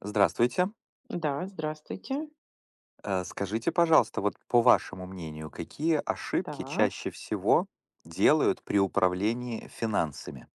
Здравствуйте. Да, здравствуйте. Скажите, пожалуйста, вот по вашему мнению, какие ошибки Так. чаще всего делают при управлении финансами?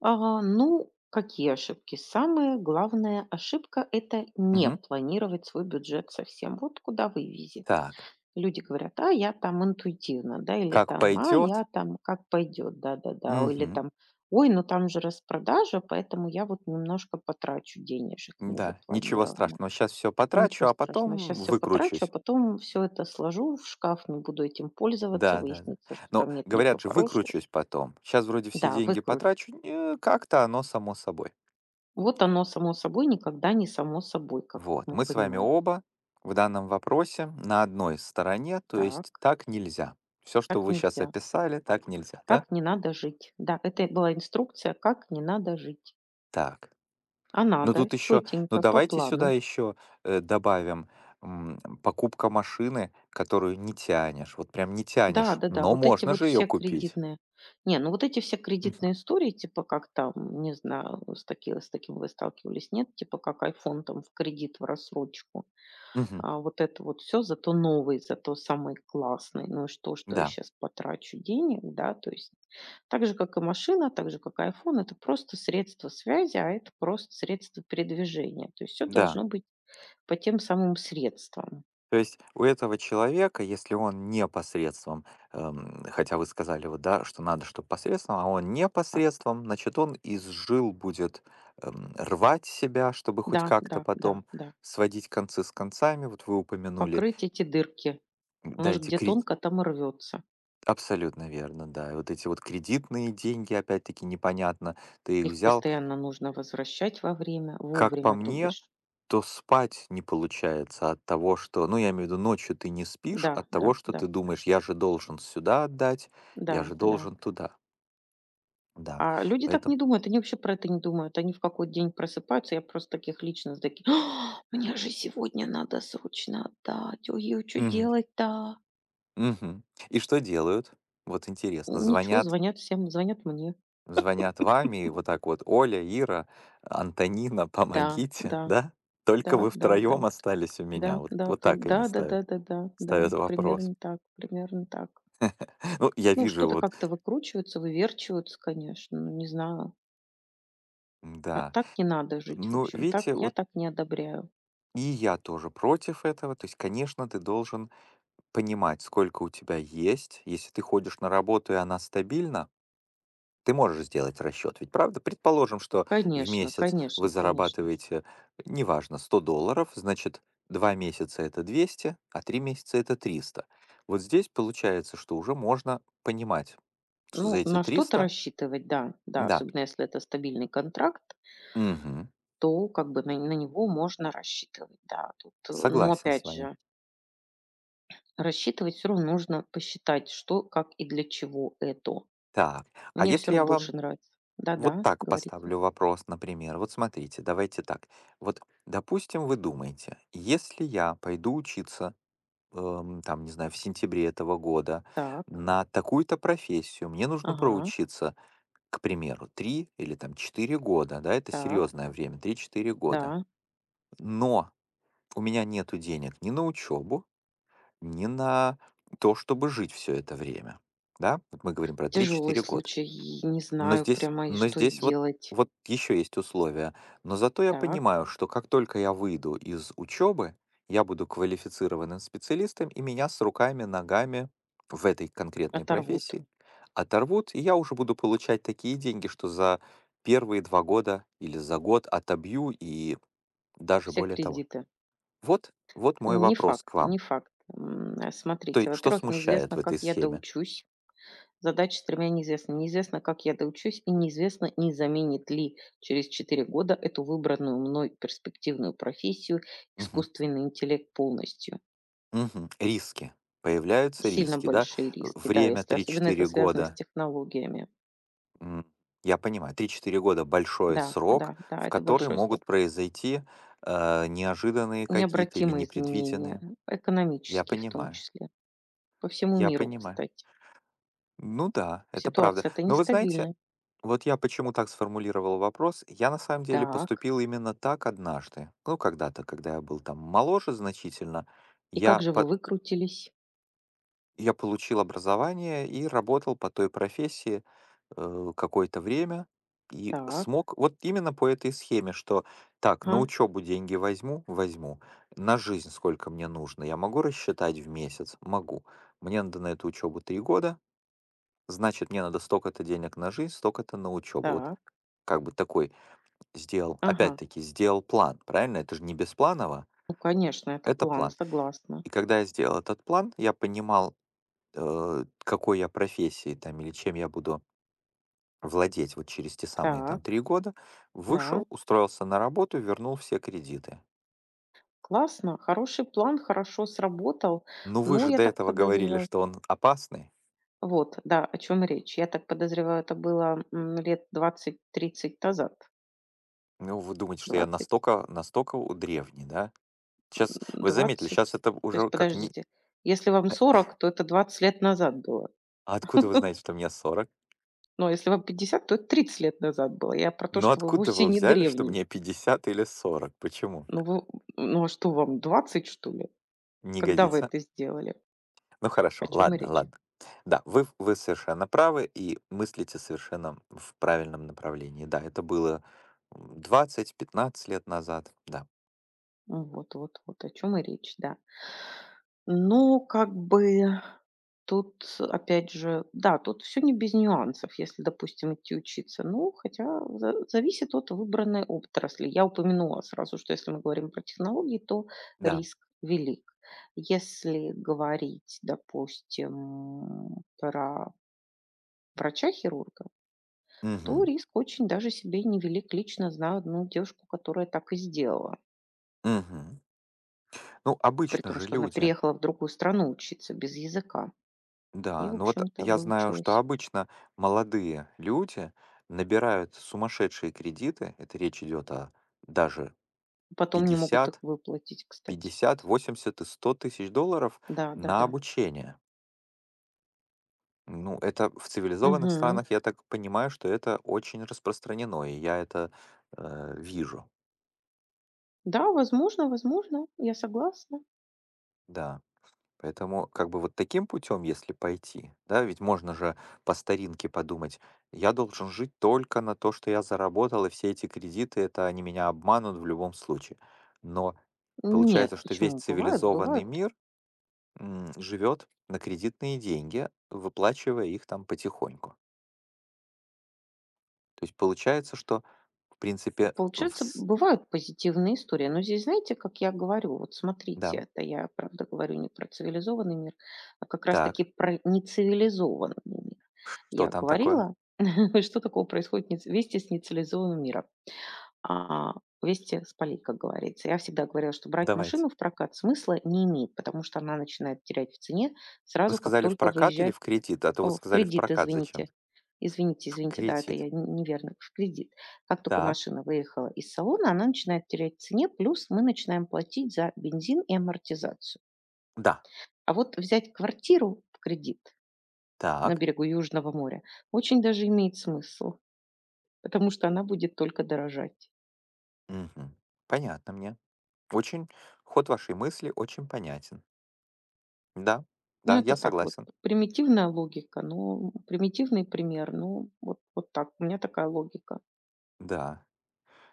Ага, ну, какие ошибки? Самая главная ошибка — это не Мгм. планировать свой бюджет совсем. Вот куда вывезет. Так, Люди говорят: а я там интуитивно, да, или как там, а я пойдет? там как пойдет, да-да-да, или Мгм. там, ой, ну там же распродажа, поэтому я вот немножко потрачу денежек Да, ничего незапланированно. страшного. Сейчас все Ничего потрачу, а страшного, сейчас потом все потрачу, а выкручусь. потом все это сложу в шкаф, не буду этим пользоваться, Да, да, да. выяснится, что Но там нет ничего говорят же, хорошего. выкручусь потом. Сейчас вроде все Да, деньги выкручу. потрачу, не, как-то оно само собой. Вот оно само собой никогда не само собой, как Вот, мы мы с вами понимаем. оба в данном вопросе на одной стороне, то Так, есть так нельзя. Все, что так вы сейчас нельзя. описали, так нельзя, да? Как не надо жить. Да, это была инструкция, как не надо жить. Так. А Ну надо тут еще, ну четенько, по давайте сюда плану. еще добавим м, покупка машины, которую не тянешь, вот прям не Да, тянешь, да, да, но вот эти можно вот же ее все купить. кредитные. Не, ну вот эти все кредитные Мгм. истории, типа как там, не знаю, с таким вы сталкивались, нет, типа как iPhone там в кредит, в рассрочку. А, вот это вот все, зато новый, зато самый классный. Ну и что, что я Да, сейчас потрачу денег, да? То есть так же, как и машина, так же, как и iPhone, это просто средство связи, а это просто средство передвижения. То есть все да. должно быть по тем самым средствам. То есть у этого человека, если он не посредством, хотя вы сказали вот, да, что надо, чтобы посредством, а он не А, посредством, значит, он из жил будет рвать себя, чтобы хоть да, да, как-то да, потом да. сводить концы с концами. Вот вы упомянули, Покрыть эти дырки. Оно да, эти где кредиты. тонко, там и рвётся. Абсолютно верно, да. И вот эти вот кредитные деньги, опять-таки, непонятно, ты их Их взял. постоянно нужно возвращать во время Как по вовремя, то мне, бишь. то спать не получается от того, что, ну, я имею в виду, ночью ты не спишь Да, от да, того, что да, ты думаешь, я же должен сюда отдать, я да, же да. должен туда. Да, А люди так не поэтому. думают, они вообще про это не думают. Они в какой-то день просыпаются, я просто таких лично знаю, такие: «А, мне же сегодня надо срочно отдать, ой, что Мгм. делать-то?» Мгм. И что делают? Вот интересно, Ничего, звонят, звонят всем, звонят мне. звонят вам и вот так вот, Оля, Ира, Антонина, Да, да, помогите, да? да, Только вы да, да, втроем остались у да, меня. Вот, да, вот толь так да, они да, да, ставят, да, да, да, ставят вопрос. примерно так, примерно так. Ну, я Ну, вижу что-то вот, как-то выкручиваются, выверчиваются, конечно, ну, не знаю. А да. так не надо жить, в Ну, общем, так видите, я вот. так не одобряю. И я тоже против этого. То есть, конечно, ты должен понимать, сколько у тебя есть. Если ты ходишь на работу, и она стабильна, ты можешь сделать расчет. Ведь правда, предположим, что в Конечно, месяц вы конечно, конечно. зарабатываете, неважно, $100, значит, 2 месяца это 200, а 3 месяца это 300. Вот здесь получается, что уже можно понимать, что за Ну, эти на что-то 300, рассчитывать, да, да, да, особенно если это стабильный контракт, мгм, то как бы на него можно рассчитывать, да. Тут, но согласен с опять вами. же, рассчитывать все равно нужно посчитать, что, как и для чего это. Так, а Мне все если я равно вам. больше нравится. Вот Да-да, так говорите. поставлю вопрос, например. Вот смотрите, давайте так. Вот, допустим, вы думаете, если я пойду учиться, там, не знаю, в сентябре этого года Так, на такую-то профессию, мне нужно ага, проучиться, к примеру, 3 или там 4 года, да, это так, серьезное время, 3-4 года. да. Но у меня нету денег ни на учебу, ни на то, чтобы жить все это время. Да? Вот мы говорим про Тяжелый 3-4 года. случай, и не Но знаю здесь прямо, и но что, и здесь вот делать. вот еще есть условия. Но зато я Так, понимаю, что как только я выйду из учебы, я буду квалифицированным специалистом, и меня с руками, ногами в этой конкретной оторвут профессии оторвут, и я уже буду получать такие деньги, что за первые 2 года или за год отобью, и даже все более того. кредиты. Вот мой Не вопрос факт, к вам. не факт. То Смотрите, есть что во-первых, смущает неизвестно, в как этой я схеме? доучусь. Задача с тремя неизвестными. Неизвестно, как я доучусь, и неизвестно, не заменит ли через 4 года эту выбранную мной перспективную профессию Мгм. искусственный интеллект полностью. Мгм. Риски. Появляются Сильно риски, да? большие риски, да, Время если особенно это три-четыре связано с года. технологиями. М, я понимаю, 3-4 года большой Да, срок, да, да, в это который большой срок. могут произойти, неожиданные какие-то или Необратимые изменения, непредвиденные. Я экономические в том понимаю, числе, по всему я миру, понимаю. кстати. Ну да, это правда. Ситуация-то Но вы знаете, нестабильна. вот я почему так сформулировал вопрос. Я на самом деле Так, поступил именно так однажды. Ну, когда-то, когда я был там моложе значительно, и как я же вы по выкрутились? Я получил образование и работал по той профессии, какое-то время и Так, смог вот именно по этой схеме, что так, ага, на учебу деньги возьму, возьму, на жизнь сколько мне нужно, я могу рассчитать в месяц, могу. Мне надо на эту учебу 3 года, значит, мне надо столько-то денег на жизнь, столько-то на учебу. Вот так, как бы такой сделал, ага. опять-таки, сделал план, правильно? Это же не беспланово, Ну, конечно, это это план, план. согласна. И когда я сделал этот план, я понимал, какой я профессии там или чем я буду владеть вот через те самые там Так, 3 года, да, вышел, устроился на работу, вернул все кредиты. классно, хороший план, хорошо сработал. Ну вы Но же я до так этого говорили, подозреваю что он опасный. вот, да, о чем речь. Я так подозреваю, это было, лет 20-30 назад. Ну вы думаете, что я Двадцать, настолько, настолько у древний, да? Сейчас вы заметили, сейчас 20. это То есть, уже как не. подождите, если вам 40, то это 20 лет назад было. А откуда вы знаете, что мне сорок? Но если вам 50, то это 30 лет назад было. Я про то, Ну что вы откуда вовсе вы не взяли, что древний. мне 50 или сорок? Почему? Ну, вы ну, а что вам, 20, что ли? Не Когда вы годится. это сделали? Ну хорошо, О чём ладно, речь? ладно. Да, вы совершенно правы и мыслите совершенно в правильном направлении. Да, это было 20-15 лет назад. Да, Вот о чем и речь, да. Но как бы тут опять же, да, тут все не без нюансов, если, допустим, идти учиться. Ну, хотя за зависит от выбранной отрасли. Я упомянула сразу, что если мы говорим про технологии, то да. риск велик. Если говорить, допустим, про врача-хирурга, то Мгм. риск очень даже себе невелик. Лично знаю одну девушку, которая так и сделала. Мгм. Ну, При обычно том, же что она люди, переехала в другую страну учиться без языка и, да, в ну вот общем-то, я знаю, что выучилась. обычно молодые люди набирают сумасшедшие кредиты, это речь идет о даже Потом не могут их 50, выплатить, кстати. 50, 80 и 100 тысяч долларов Да, на да-да. обучение. Ну, это в цивилизованных Мгм. странах, я так понимаю, что это очень распространено, и я это вижу, Да, возможно, я согласна. да. Поэтому как бы вот таким путем, если пойти, да, ведь можно же по старинке подумать, я должен жить только на то, что я заработал, и все эти кредиты, это они меня обманут в любом случае. Но получается, Нет, что весь почему? Бывают цивилизованный бывают, мир живет на кредитные деньги, выплачивая их там потихоньку. То есть получается, что, в принципе. Получается, бывают позитивные истории. Но здесь, знаете, как я говорю, вот смотрите, Да. это я, правда, говорю не про цивилизованный мир, а как раз таки Так, про нецивилизованный мир. что Я там такое? говорила, что такого происходит в нецивилизованным миром. А, вести с полей, как говорится. Я всегда говорила, что брать Давайте. машину в прокат смысла не имеет, потому что она начинает терять в цене Вы сразу, как сказали в только прокат или выезжает. в кредит? А то вот О, в сказали в кредит, прокат зачем? извините. Извините, В извините, да, это я кредит. Неверно, в кредит. Как только Так, машина выехала из салона, она начинает терять в цене, плюс мы начинаем платить за бензин и амортизацию. да, А вот взять квартиру в кредит на так. берегу Южного моря очень даже имеет смысл, потому что она будет только дорожать. Мгм. Понятно мне. Очень ход вашей мысли очень понятен. Да, Ну, да, это я так вот, согласен. примитивная логика, ну, примитивный пример, ну, вот, вот так, у меня такая логика. Да.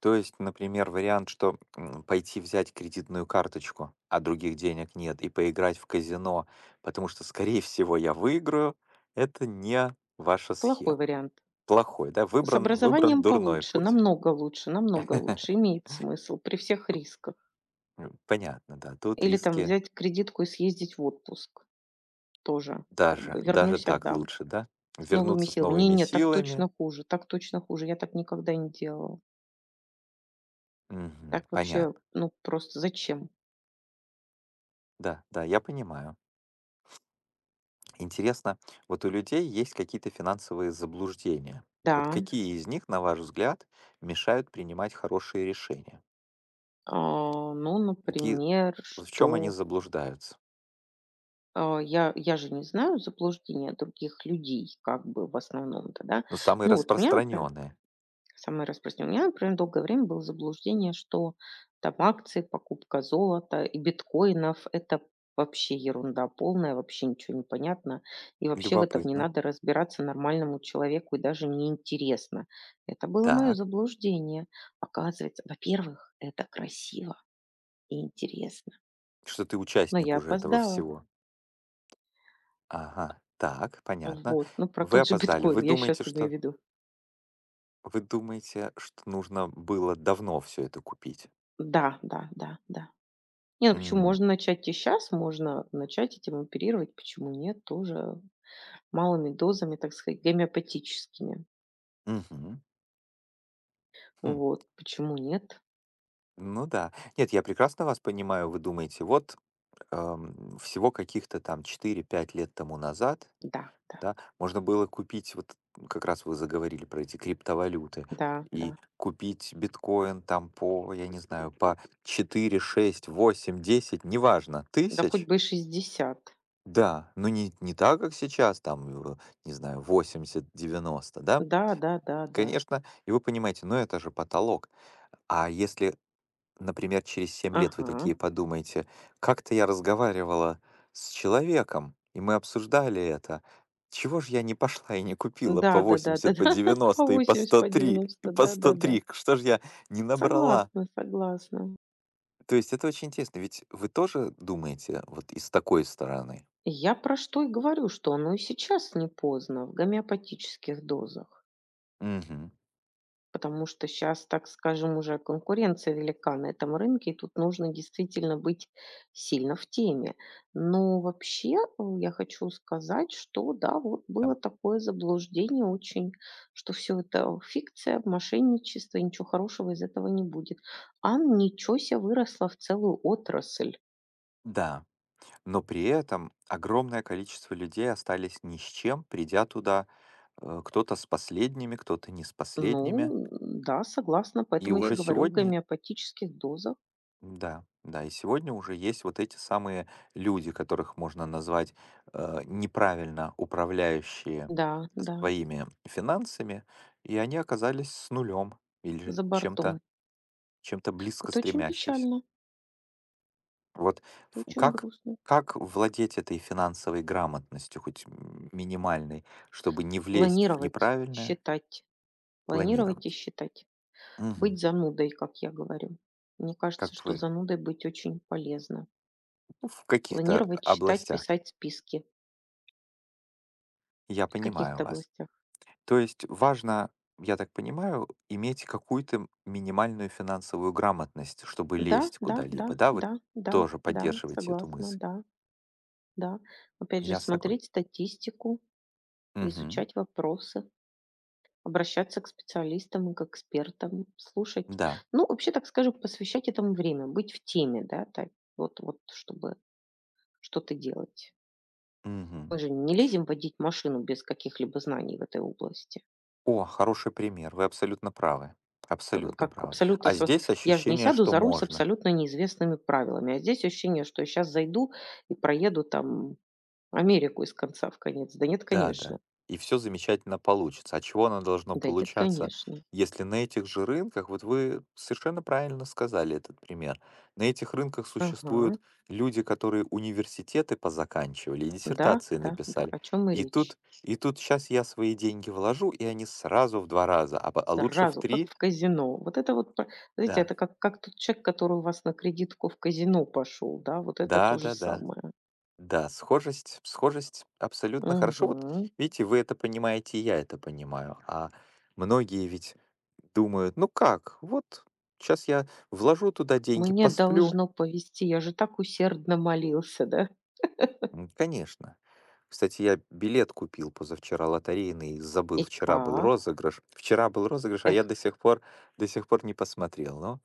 То есть, например, вариант, что пойти взять кредитную карточку, а других денег нет, и поиграть в казино, потому что, скорее всего, я выиграю, это не ваша Плохой схема. вариант. Плохой, да? С Выбран образованием дурной получше, путь. Намного лучше, имеет смысл при всех рисках. Понятно, да. Тут Или там риски взять кредитку и съездить в отпуск тоже, как бы даже вернусь, так отдам лучше, да? с новыми Вернуться с силами. новыми Не-не, силами. Так точно хуже, я так никогда не делала. Мгм. Так вообще, Понятно. ну, просто зачем? Да, да, я понимаю. Интересно, вот у людей есть какие-то финансовые заблуждения. Вот Да, какие из них, на ваш взгляд, мешают принимать хорошие решения? Ну, Какие, например, в чем они что. заблуждаются? А, я же не знаю заблуждения других людей, как бы в основном-то, да. Ну, самые Ну, вот у меня, например, распространенные. самое распространенное, у меня, например, долгое время было заблуждение, что там акции, покупка золота и биткоинов — это вообще ерунда полная, вообще ничего не понятно, и вообще в этом не Любопытно. надо разбираться нормальному человеку, и даже неинтересно. Это было мое Так, заблуждение. Оказывается, во-первых, это красиво и интересно, что ты но участник я уже этого опоздала. всего. Ага, так, понятно. Вот, ну, про Вы тот же опоздали. биткоин я сейчас имею в виду. Вы думаете, что нужно было давно все это купить? Да, да, да, да. Не, ну почему? М, Можно начать и щас, можно начать этим оперировать, почему нет? Тоже малыми дозами, так сказать, гомеопатическими. Мгм. Хм. Вот, почему нет? Ну да. Нет, я прекрасно вас понимаю. Вы думаете, вот, всего каких-то там 4-5 лет тому назад, Да, да, да, можно было купить, вот как раз вы заговорили про эти криптовалюты, да, и да. купить биткоин там по, я не знаю, по 4, 6, 8, 10, неважно, Да хоть тысяч. бы и 60. Да, но не так, как сейчас, там, э, не знаю, 80, 90, да? Да, да, да, да. Конечно, и вы понимаете, но это же потолок. А если, например, через 7 лет вы Ага. такие подумаете, как-то я разговаривала с человеком, и мы обсуждали это, чего же я не пошла и не купила Да, по да, да, да, да. 80, по По 90 и по восемьдесят, по 103, и девяносто. по да, да, да. 103, что же я не набрала? Согласна, согласна. То есть это очень интересно, ведь вы тоже думаете вот из такой стороны? Я про что и говорю, что оно и сейчас не поздно в гомеопатических дозах, Мгм. потому что сейчас, так скажем, уже конкуренция велика на этом рынке, и тут нужно действительно быть сильно в теме. Но вообще я хочу сказать, что да, вот было Там- такое заблуждение, очень, что все это фикция, мошенничество, и ничего хорошего из этого не будет. А ничего себе, выросла в целую отрасль. Да. Но при этом огромное количество людей остались ни с чем, придя туда, кто-то с последними, кто-то не с Ну, последними. да, согласна, И поэтому я и уже говорю в сегодня, гомеопатических дозах. да, да, и сегодня уже есть вот эти самые люди, которых можно назвать неправильно управляющие Да, да, своими финансами, и они оказались с нулем или за бортом. чем-то близко Это очень стремящимся. печально, Вот это ф очень как грустно. как владеть этой финансовой грамотностью, хоть минимальной, чтобы не влезть в Планировать, неправильное считать, планировать и планировать? считать. Мгм. Быть занудой, как я говорю. Мне кажется, Как что вы, занудой быть очень полезно. ну, в каких-то Планировать, считать, областях. писать списки Я в понимаю каких-то вас. областях. То есть важно, я так понимаю, иметь какую-то минимальную финансовую грамотность, чтобы Да, лезть да, да, куда-либо, да? Вы да, да, тоже да, поддерживаете эту согласна, мысль? да, да. Опять же, Я согласен. смотреть статистику, Мгм. изучать вопросы. Обращаться к специалистам, к экспертам, слушать. Да. Ну, вообще, так скажем, посвящать этому время, быть в теме, да, так вот, чтобы что-то делать. Мы Мгм. же не лезем водить машину без каких-либо знаний в этой области. О, хороший пример. Вы абсолютно правы. Абсолютно Как правы. абсолютно... А с- здесь Я же не ощущение, сяду что за руль с можно. абсолютно неизвестными правилами. А здесь ощущение, что я сейчас зайду и проеду там Америку из конца в конец. Да нет, Да-да. конечно. И все замечательно получится. А чего оно должно Да нет, получаться, конечно. если на этих же рынках, вот вы совершенно правильно сказали этот пример, на этих рынках Ага. существуют люди, которые университеты позаканчивали и Да, диссертации да, да. написали. О чем и И речь. тут и тут сейчас я свои деньги вложу, и они сразу в 2 раза, а по а лучше в Сразу, как 3. в казино. Вот это вот, п знаете, Да. это как тот человек, который у вас на кредитку в казино пошел, да, вот это то же Да-да-да. самое. Да, схожесть абсолютно хорошо. Вот Мгм. видите, вы это понимаете, и я это понимаю. А многие ведь думают, ну как, вот сейчас я вложу туда деньги, Мне посплю. должно повезти, я же так усердно молился, да? Конечно. Кстати, я билет купил позавчера лотерейный, забыл. И Вчера был как? розыгрыш. Вчера был розыгрыш, а Эх, я до сих пор не посмотрел. Но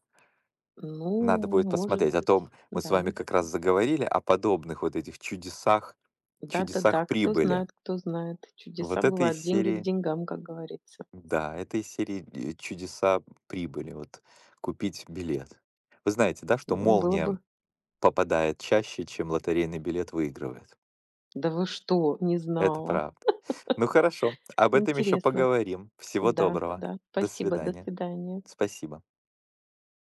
ну, надо будет может посмотреть. О быть, том мы с вами да. как раз заговорили, о подобных вот этих чудесах, чудесах Да-да-да, кто прибыли. знает, кто знает. Чудеса Вот это из бывают, деньги к серии деньгам, как говорится. Да, это из серии "Чудеса прибыли", вот купить билет. Вы знаете, да, что Ну, было бы. молния попадает чаще, чем лотерейный билет выигрывает? Да вы что, не Это знала. правда. Ну хорошо, об этом еще Интересно. поговорим. Всего Да, доброго. да. До Спасибо, до свидания. свидания. Спасибо.